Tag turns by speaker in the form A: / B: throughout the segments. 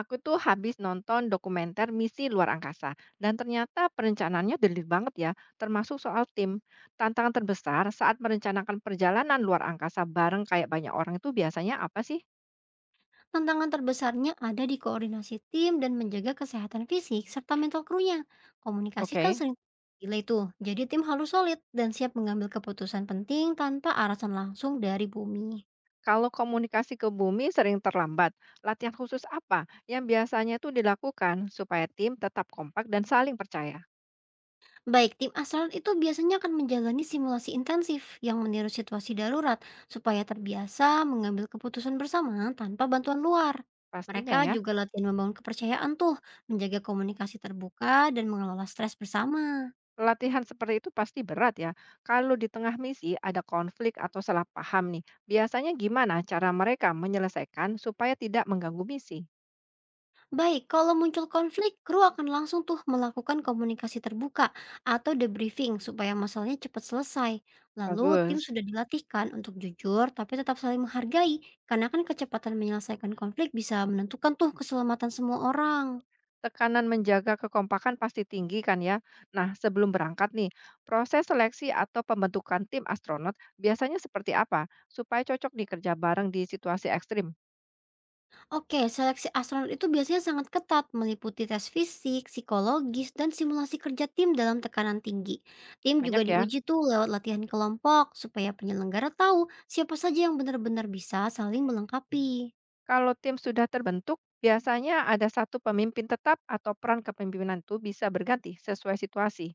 A: Aku tuh habis nonton dokumenter Misi Luar Angkasa dan ternyata perencanaannya detail banget ya, termasuk soal tim. Tantangan terbesar saat merencanakan perjalanan luar angkasa bareng kayak banyak orang itu biasanya apa sih?
B: Tantangan terbesarnya ada di koordinasi tim dan menjaga kesehatan fisik serta mental krunya. Komunikasi kan
A: Oke.
B: sering delay tuh, jadi tim harus solid dan siap mengambil keputusan penting tanpa arahan langsung dari bumi.
A: Kalau komunikasi ke bumi sering terlambat, latihan khusus apa yang biasanya itu dilakukan supaya tim tetap kompak dan saling percaya?
B: Baik, tim asal itu biasanya akan menjalani simulasi intensif yang meniru situasi darurat supaya terbiasa mengambil keputusan bersama tanpa bantuan luar.
A: Pastinya
B: Mereka
A: ya.
B: juga latihan membangun kepercayaan tuh, menjaga komunikasi terbuka dan mengelola stres bersama.
A: Latihan seperti itu pasti berat ya. Kalau di tengah misi ada konflik atau salah paham nih, biasanya gimana cara mereka menyelesaikan supaya tidak mengganggu misi?
B: Baik, kalau muncul konflik, kru akan langsung tuh melakukan komunikasi terbuka atau debriefing supaya masalahnya cepat selesai. Lalu tim
A: Bagus.
B: sudah dilatihkan untuk jujur tapi tetap saling menghargai karena kan kecepatan menyelesaikan konflik bisa menentukan tuh keselamatan semua orang.
A: Tekanan menjaga kekompakan pasti tinggi kan ya. Nah, sebelum berangkat nih, proses seleksi atau pembentukan tim astronot biasanya seperti apa supaya cocok dikerja bareng di situasi ekstrim?
B: Oke, seleksi astronot itu biasanya sangat ketat, meliputi tes fisik, psikologis, dan simulasi kerja tim dalam tekanan tinggi. Tim juga
A: Banyak ya.
B: diuji tuh lewat latihan kelompok, supaya penyelenggara tahu siapa saja yang benar-benar bisa saling melengkapi.
A: Kalau tim sudah terbentuk, biasanya ada satu pemimpin tetap atau peran kepemimpinan itu bisa berganti sesuai situasi.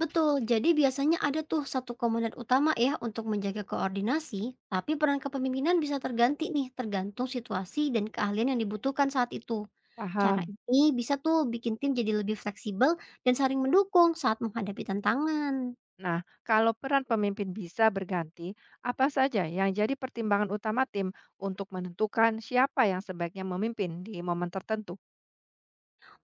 B: Betul, jadi biasanya ada tuh satu komandan utama ya untuk menjaga koordinasi, tapi peran kepemimpinan bisa terganti nih tergantung situasi dan keahlian yang dibutuhkan saat itu. Cara
A: Paham.
B: ini bisa tuh bikin tim jadi lebih fleksibel dan saling mendukung saat menghadapi tantangan.
A: Nah, kalau peran pemimpin bisa berganti, apa saja yang jadi pertimbangan utama tim untuk menentukan siapa yang sebaiknya memimpin di momen tertentu?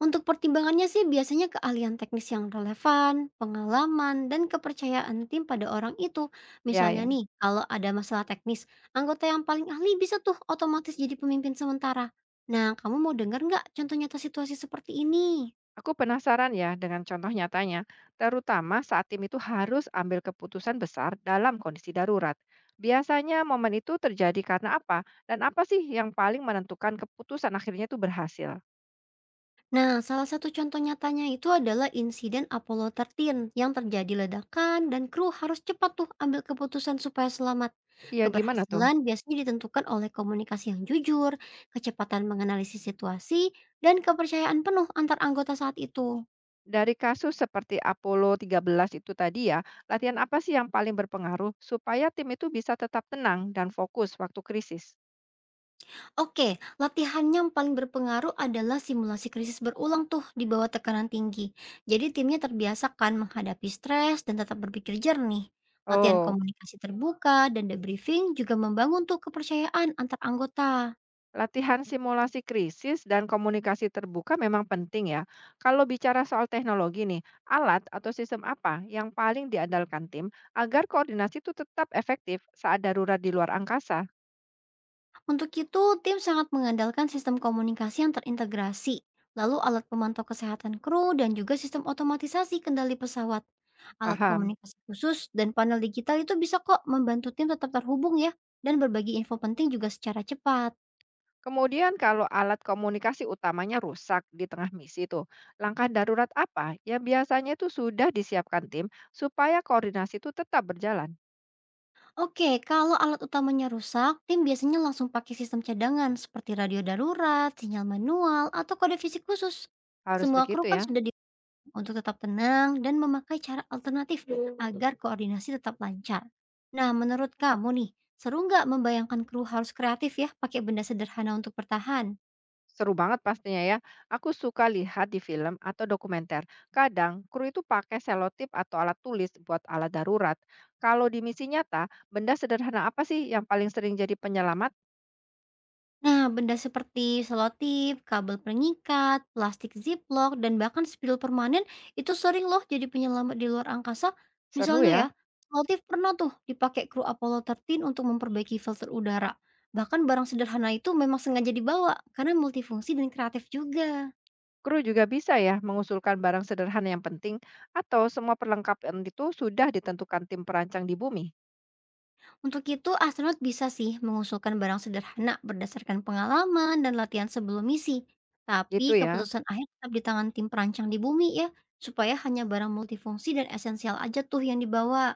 B: Untuk pertimbangannya sih biasanya keahlian teknis yang relevan, pengalaman, dan kepercayaan tim pada orang itu.
A: Ya,
B: Misalnya
A: ya.
B: nih, kalau ada masalah teknis, anggota yang paling ahli bisa tuh otomatis jadi pemimpin sementara. Nah, kamu mau dengar nggak contoh nyata situasi seperti ini?
A: Aku penasaran ya dengan contoh nyatanya, terutama saat tim itu harus ambil keputusan besar dalam kondisi darurat. Biasanya momen itu terjadi karena apa? Dan apa sih yang paling menentukan keputusan akhirnya itu berhasil?
B: Nah, salah satu contoh nyatanya itu adalah insiden Apollo 13 yang terjadi ledakan dan kru harus cepat tuh ambil keputusan supaya selamat.
A: Iya, gimana tuh?
B: Keberhasilan biasanya ditentukan oleh komunikasi yang jujur, kecepatan menganalisis situasi, dan kepercayaan penuh antar anggota saat itu.
A: Dari kasus seperti Apollo 13 itu tadi ya, latihan apa sih yang paling berpengaruh supaya tim itu bisa tetap tenang dan fokus waktu krisis?
B: Oke, latihan yang paling berpengaruh adalah simulasi krisis berulang tuh di bawah tekanan tinggi. Jadi timnya terbiasakan menghadapi stres dan tetap berpikir jernih. Latihan
A: Oh,
B: komunikasi terbuka dan debriefing juga membangun tuh kepercayaan antar anggota.
A: latihan simulasi krisis dan komunikasi terbuka memang penting ya. Kalau bicara soal teknologi nih, alat atau sistem apa yang paling diandalkan tim agar koordinasi itu tetap efektif saat darurat di luar angkasa?
B: Untuk itu, tim sangat mengandalkan sistem komunikasi yang terintegrasi, lalu alat pemantau kesehatan kru dan juga sistem otomatisasi kendali pesawat. Alat
A: Paham?
B: komunikasi khusus dan panel digital itu bisa kok membantu tim tetap terhubung ya dan berbagi info penting juga secara cepat.
A: Kemudian kalau alat komunikasi utamanya rusak di tengah misi tuh, langkah darurat apa yang biasanya itu sudah disiapkan tim supaya koordinasi itu tetap berjalan?
B: Oke, kalau alat utamanya rusak, tim biasanya langsung pakai sistem cadangan seperti radio darurat, sinyal manual, atau kode fisik khusus.
A: Harus
B: Semua kru
A: begitu
B: kan
A: ya.
B: sudah untuk tetap tenang dan memakai cara alternatif agar koordinasi tetap lancar. Nah, menurut kamu nih, seru nggak membayangkan kru harus kreatif ya pakai benda sederhana untuk bertahan?
A: Seru banget pastinya ya. Aku suka lihat di film atau dokumenter. Kadang kru itu pakai selotip atau alat tulis buat alat darurat. Kalau di misi nyata, benda sederhana apa sih yang paling sering jadi penyelamat?
B: Nah, benda seperti selotip, kabel pengikat, plastik ziplock, dan bahkan spidol permanen itu sering loh jadi penyelamat di luar angkasa.
A: Seru
B: Misalnya
A: ya.
B: ya, selotip pernah tuh dipakai kru Apollo 13 untuk memperbaiki filter udara. Bahkan barang sederhana itu memang sengaja dibawa karena multifungsi dan kreatif juga.
A: Kru juga bisa ya mengusulkan barang sederhana yang penting atau semua perlengkapan itu sudah ditentukan tim perancang di bumi.
B: Untuk itu, astronot bisa sih mengusulkan barang sederhana berdasarkan pengalaman dan latihan sebelum misi.
A: Gitu
B: Tapi
A: ya.
B: keputusan akhir tetap di tangan tim perancang di bumi ya, supaya hanya barang multifungsi dan esensial aja tuh yang dibawa.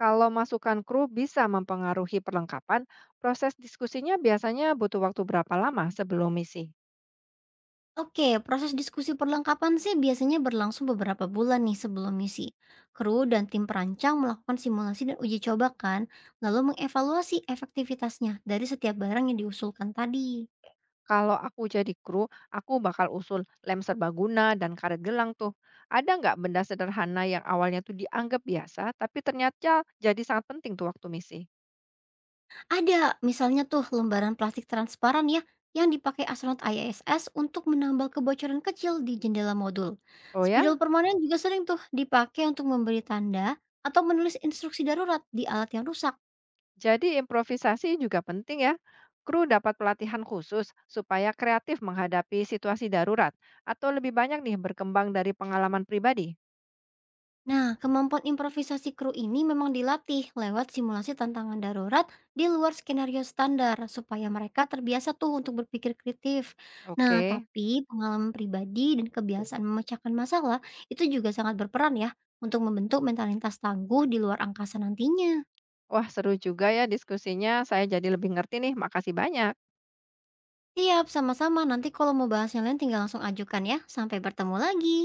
A: Kalau masukan kru bisa mempengaruhi perlengkapan, proses diskusinya biasanya butuh waktu berapa lama sebelum misi?
B: Oke, proses diskusi perlengkapan sih biasanya berlangsung beberapa bulan nih sebelum misi. Kru dan tim perancang melakukan simulasi dan uji coba kan, lalu mengevaluasi efektivitasnya dari setiap barang yang diusulkan tadi.
A: Kalau aku jadi kru, aku bakal usul lem serbaguna dan karet gelang tuh. Ada nggak benda sederhana yang awalnya tuh dianggap biasa, tapi ternyata jadi sangat penting tuh waktu misi?
B: Ada, misalnya tuh lembaran plastik transparan ya yang dipakai astronot ISS untuk menambal kebocoran kecil di jendela modul.
A: Oh
B: Spidol
A: ya.
B: permanen juga sering tuh dipakai untuk memberi tanda atau menulis instruksi darurat di alat yang rusak.
A: Jadi improvisasi juga penting ya. Kru dapat pelatihan khusus supaya kreatif menghadapi situasi darurat atau lebih banyak nih berkembang dari pengalaman pribadi.
B: Nah, kemampuan improvisasi kru ini memang dilatih lewat simulasi tantangan darurat di luar skenario standar supaya mereka terbiasa tuh untuk berpikir kreatif. Nah,
A: Oke.
B: tapi pengalaman pribadi dan kebiasaan memecahkan masalah itu juga sangat berperan ya untuk membentuk mentalitas tangguh di luar angkasa nantinya.
A: Wah, seru juga ya diskusinya. Saya jadi lebih ngerti nih. Makasih banyak.
B: Siap, sama-sama. Nanti kalau mau bahas yang lain tinggal langsung ajukan ya. Sampai bertemu lagi.